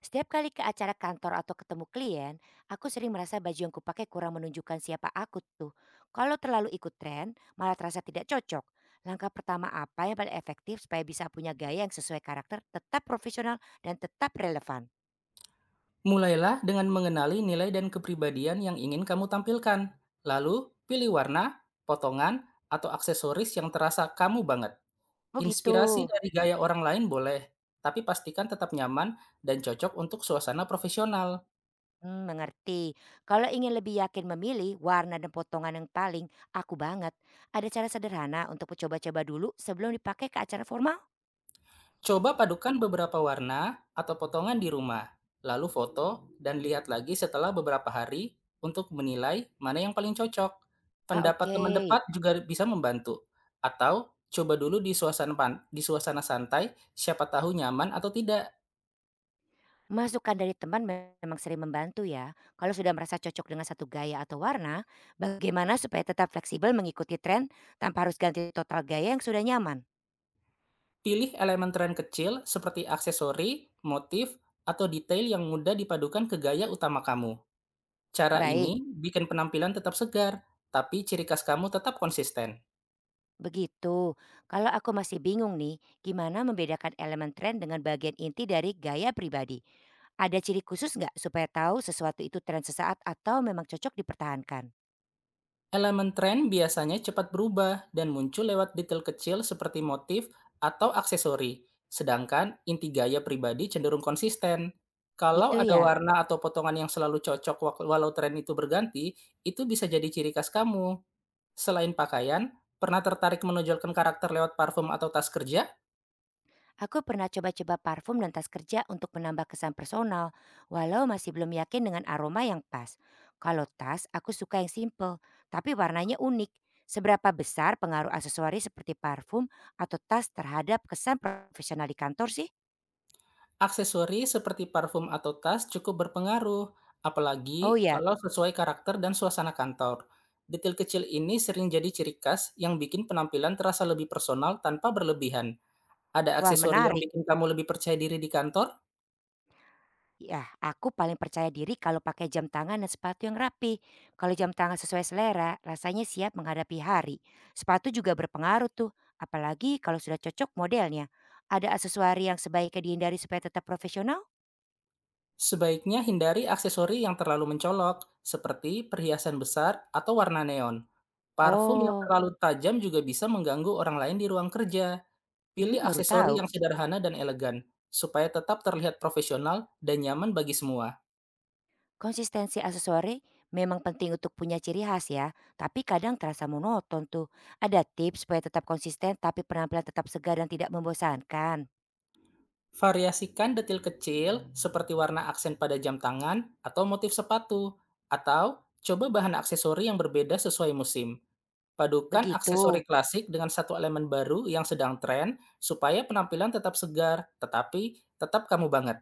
Setiap kali ke acara kantor atau ketemu klien, aku sering merasa baju yang kupakai kurang menunjukkan siapa aku tuh. Kalau terlalu ikut tren, malah terasa tidak cocok. Langkah pertama apa yang paling efektif supaya bisa punya gaya yang sesuai karakter, tetap profesional dan tetap relevan? Mulailah dengan mengenali nilai dan kepribadian yang ingin kamu tampilkan. Lalu, pilih warna, potongan, atau aksesoris yang terasa kamu banget. Oh gitu. Inspirasi dari gaya orang lain boleh, tapi pastikan tetap nyaman dan cocok untuk suasana profesional. Hmm, mengerti. Kalau ingin lebih yakin memilih warna dan potongan yang paling aku banget, ada cara sederhana untuk coba-coba dulu sebelum dipakai ke acara formal? Coba padukan beberapa warna atau potongan di rumah, lalu foto dan lihat lagi setelah beberapa hari untuk menilai mana yang paling cocok. Ah, Pendapat teman oke. dekat juga bisa membantu. Atau coba dulu di suasana santai, siapa tahu nyaman atau tidak. Masukan dari teman memang sering membantu ya. Kalau sudah merasa cocok dengan satu gaya atau warna, bagaimana supaya tetap fleksibel mengikuti tren tanpa harus ganti total gaya yang sudah nyaman? Pilih elemen tren kecil seperti aksesori, motif, atau detail yang mudah dipadukan ke gaya utama kamu. Cara Baik, ini bikin penampilan tetap segar, tapi ciri khas kamu tetap konsisten. begitu. Kalau aku masih bingung nih, gimana membedakan elemen tren dengan bagian inti dari gaya pribadi? Ada ciri khusus nggak supaya tahu sesuatu itu tren sesaat atau memang cocok dipertahankan? Elemen tren biasanya cepat berubah dan muncul lewat detail kecil seperti motif atau aksesori, sedangkan inti gaya pribadi cenderung konsisten. Kalau Gitu ada ya. warna atau potongan yang selalu cocok walau tren itu berganti, itu bisa jadi ciri khas kamu. Selain pakaian, pernah tertarik menonjolkan karakter lewat parfum atau tas kerja? Aku pernah coba-coba parfum dan tas kerja untuk menambah kesan personal, walau masih belum yakin dengan aroma yang pas. Kalau tas, aku suka yang simple, tapi warnanya unik. Seberapa besar pengaruh aksesoris seperti parfum atau tas terhadap kesan profesional di kantor sih? Aksesori seperti parfum atau tas cukup berpengaruh, Oh apalagi ya, kalau sesuai karakter dan suasana kantor. Detail kecil ini sering jadi ciri khas yang bikin penampilan terasa lebih personal tanpa berlebihan. Ada wah aksesori yang menarik. bikin kamu lebih percaya diri di kantor? Ya, aku paling percaya diri kalau pakai jam tangan dan sepatu yang rapi. Kalau jam tangan sesuai selera, rasanya siap menghadapi hari. Sepatu juga berpengaruh tuh, apalagi kalau sudah cocok modelnya. Ada aksesoris yang sebaiknya dihindari supaya tetap profesional? Sebaiknya hindari aksesori yang terlalu mencolok, seperti perhiasan besar atau warna neon. Parfum yang Oh, terlalu tajam juga bisa mengganggu orang lain di ruang kerja. hmm, Pilih baru aksesori tahu. yang sederhana dan elegan, supaya tetap terlihat profesional dan nyaman bagi semua. Konsistensi aksesori memang penting untuk punya ciri khas ya, tapi kadang terasa monoton tuh. Ada tips supaya tetap konsisten tapi penampilan tetap segar dan tidak membosankan. Variasikan detail kecil seperti warna aksen pada jam tangan atau motif sepatu, atau coba bahan aksesori yang berbeda sesuai musim. Padukan Begitu. aksesori klasik dengan satu elemen baru yang sedang tren supaya penampilan tetap segar, tetapi tetap kamu banget.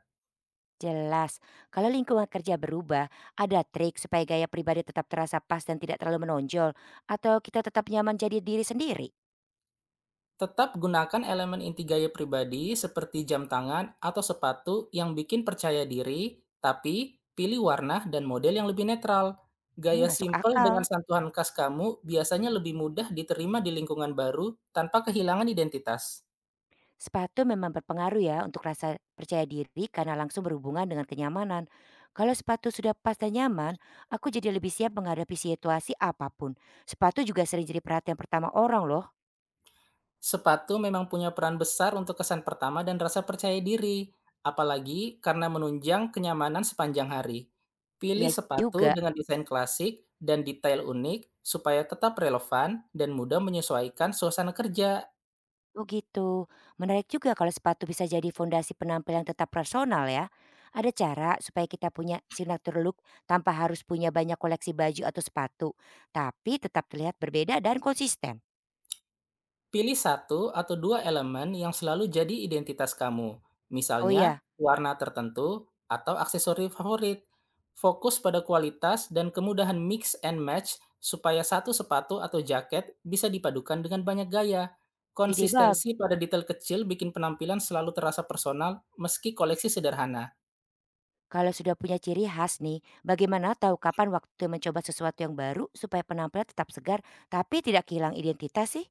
Jelas, kalau lingkungan kerja berubah, ada trik supaya gaya pribadi tetap terasa pas dan tidak terlalu menonjol, atau kita tetap nyaman jadi diri sendiri? Tetap gunakan elemen inti gaya pribadi seperti jam tangan atau sepatu yang bikin percaya diri, tapi pilih warna dan model yang lebih netral. Hmm, Gaya masuk simpel dengan akal. sentuhan khas kamu biasanya lebih mudah diterima di lingkungan baru tanpa kehilangan identitas. Sepatu memang berpengaruh ya untuk rasa percaya diri karena langsung berhubungan dengan kenyamanan. Kalau sepatu sudah pas dan nyaman, aku jadi lebih siap menghadapi situasi apapun. Sepatu juga sering jadi perhatian pertama orang loh. Sepatu memang punya peran besar untuk kesan pertama dan rasa percaya diri, apalagi karena menunjang kenyamanan sepanjang hari. Iya Pilih sepatu juga. dengan desain klasik dan detail unik supaya tetap relevan dan mudah menyesuaikan suasana kerja. Oh gitu. Menarik juga kalau sepatu bisa jadi fondasi penampilan tetap personal ya. Ada cara supaya kita punya signature look tanpa harus punya banyak koleksi baju atau sepatu, tapi tetap terlihat berbeda dan konsisten. Pilih satu atau dua elemen yang selalu jadi identitas kamu, Oh misalnya iya, warna tertentu atau aksesori favorit. Fokus pada kualitas dan kemudahan mix and match supaya satu sepatu atau jaket bisa dipadukan dengan banyak gaya. ide bag. Konsistensi pada detail kecil bikin penampilan selalu terasa personal meski koleksi sederhana. Kalau sudah punya ciri khas nih, bagaimana tahu kapan waktu mencoba sesuatu yang baru supaya penampilan tetap segar tapi tidak kehilang identitas sih?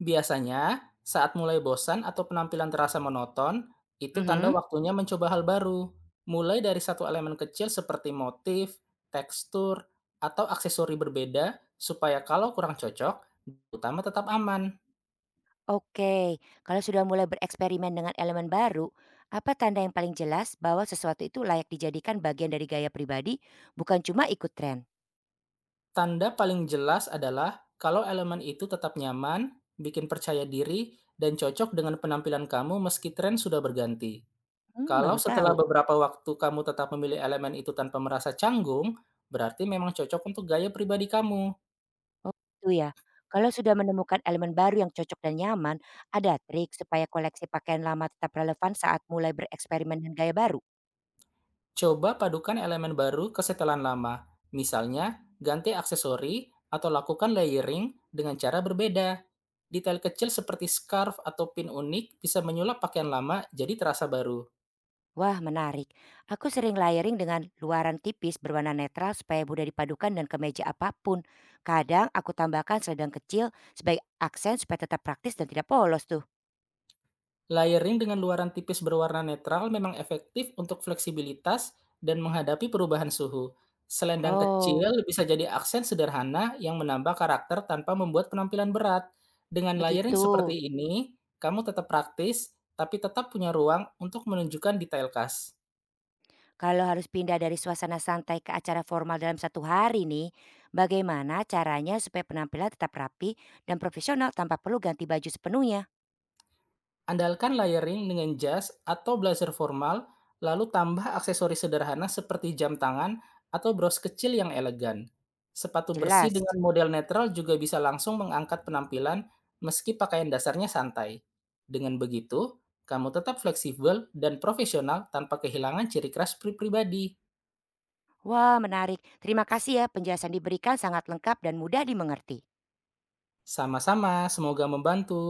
Biasanya, saat mulai bosan atau penampilan terasa monoton, itu tanda Mhm. waktunya mencoba hal baru. Mulai dari satu elemen kecil seperti motif, tekstur, atau aksesori berbeda, supaya kalau kurang cocok, utama tetap aman. Oke, kalau sudah mulai bereksperimen dengan elemen baru, apa tanda yang paling jelas bahwa sesuatu itu layak dijadikan bagian dari gaya pribadi, bukan cuma ikut tren? Tanda paling jelas adalah kalau elemen itu tetap nyaman, bikin percaya diri, dan cocok dengan penampilan kamu meski tren sudah berganti. Hmm, Kalau baru setelah tahu. beberapa waktu kamu tetap memilih elemen itu tanpa merasa canggung, berarti memang cocok untuk gaya pribadi kamu. Oh, itu ya. Kalau sudah menemukan elemen baru yang cocok dan nyaman, ada trik supaya koleksi pakaian lama tetap relevan saat mulai bereksperimen dengan gaya baru? Coba padukan elemen baru ke setelan lama. Misalnya, ganti aksesori atau lakukan layering dengan cara berbeda. Detail kecil seperti scarf atau pin unik bisa menyulap pakaian lama jadi terasa baru. Wah, menarik. Aku sering layering dengan luaran tipis berwarna netral supaya mudah dipadukan dan kemeja apapun. Kadang aku tambahkan selendang kecil sebagai aksen supaya tetap praktis dan tidak polos tuh. Layering dengan luaran tipis berwarna netral memang efektif untuk fleksibilitas dan menghadapi perubahan suhu. Selendang Oh, kecil bisa jadi aksen sederhana yang menambah karakter tanpa membuat penampilan berat. Dengan layering begitu. seperti ini, kamu tetap praktis, tapi tetap punya ruang untuk menunjukkan detail khas. Kalau harus pindah dari suasana santai ke acara formal dalam satu hari nih, bagaimana caranya supaya penampilan tetap rapi dan profesional tanpa perlu ganti baju sepenuhnya? Andalkan layering dengan jas atau blazer formal, lalu tambah aksesoris sederhana seperti jam tangan atau bros kecil yang elegan. Sepatu bersih Jelas. dengan model netral juga bisa langsung mengangkat penampilan meski pakaian dasarnya santai. Dengan begitu, kamu tetap fleksibel dan profesional tanpa kehilangan ciri khas pribadi. Wah, menarik. Terima kasih ya penjelasan diberikan sangat lengkap dan mudah dimengerti. Sama-sama, semoga membantu.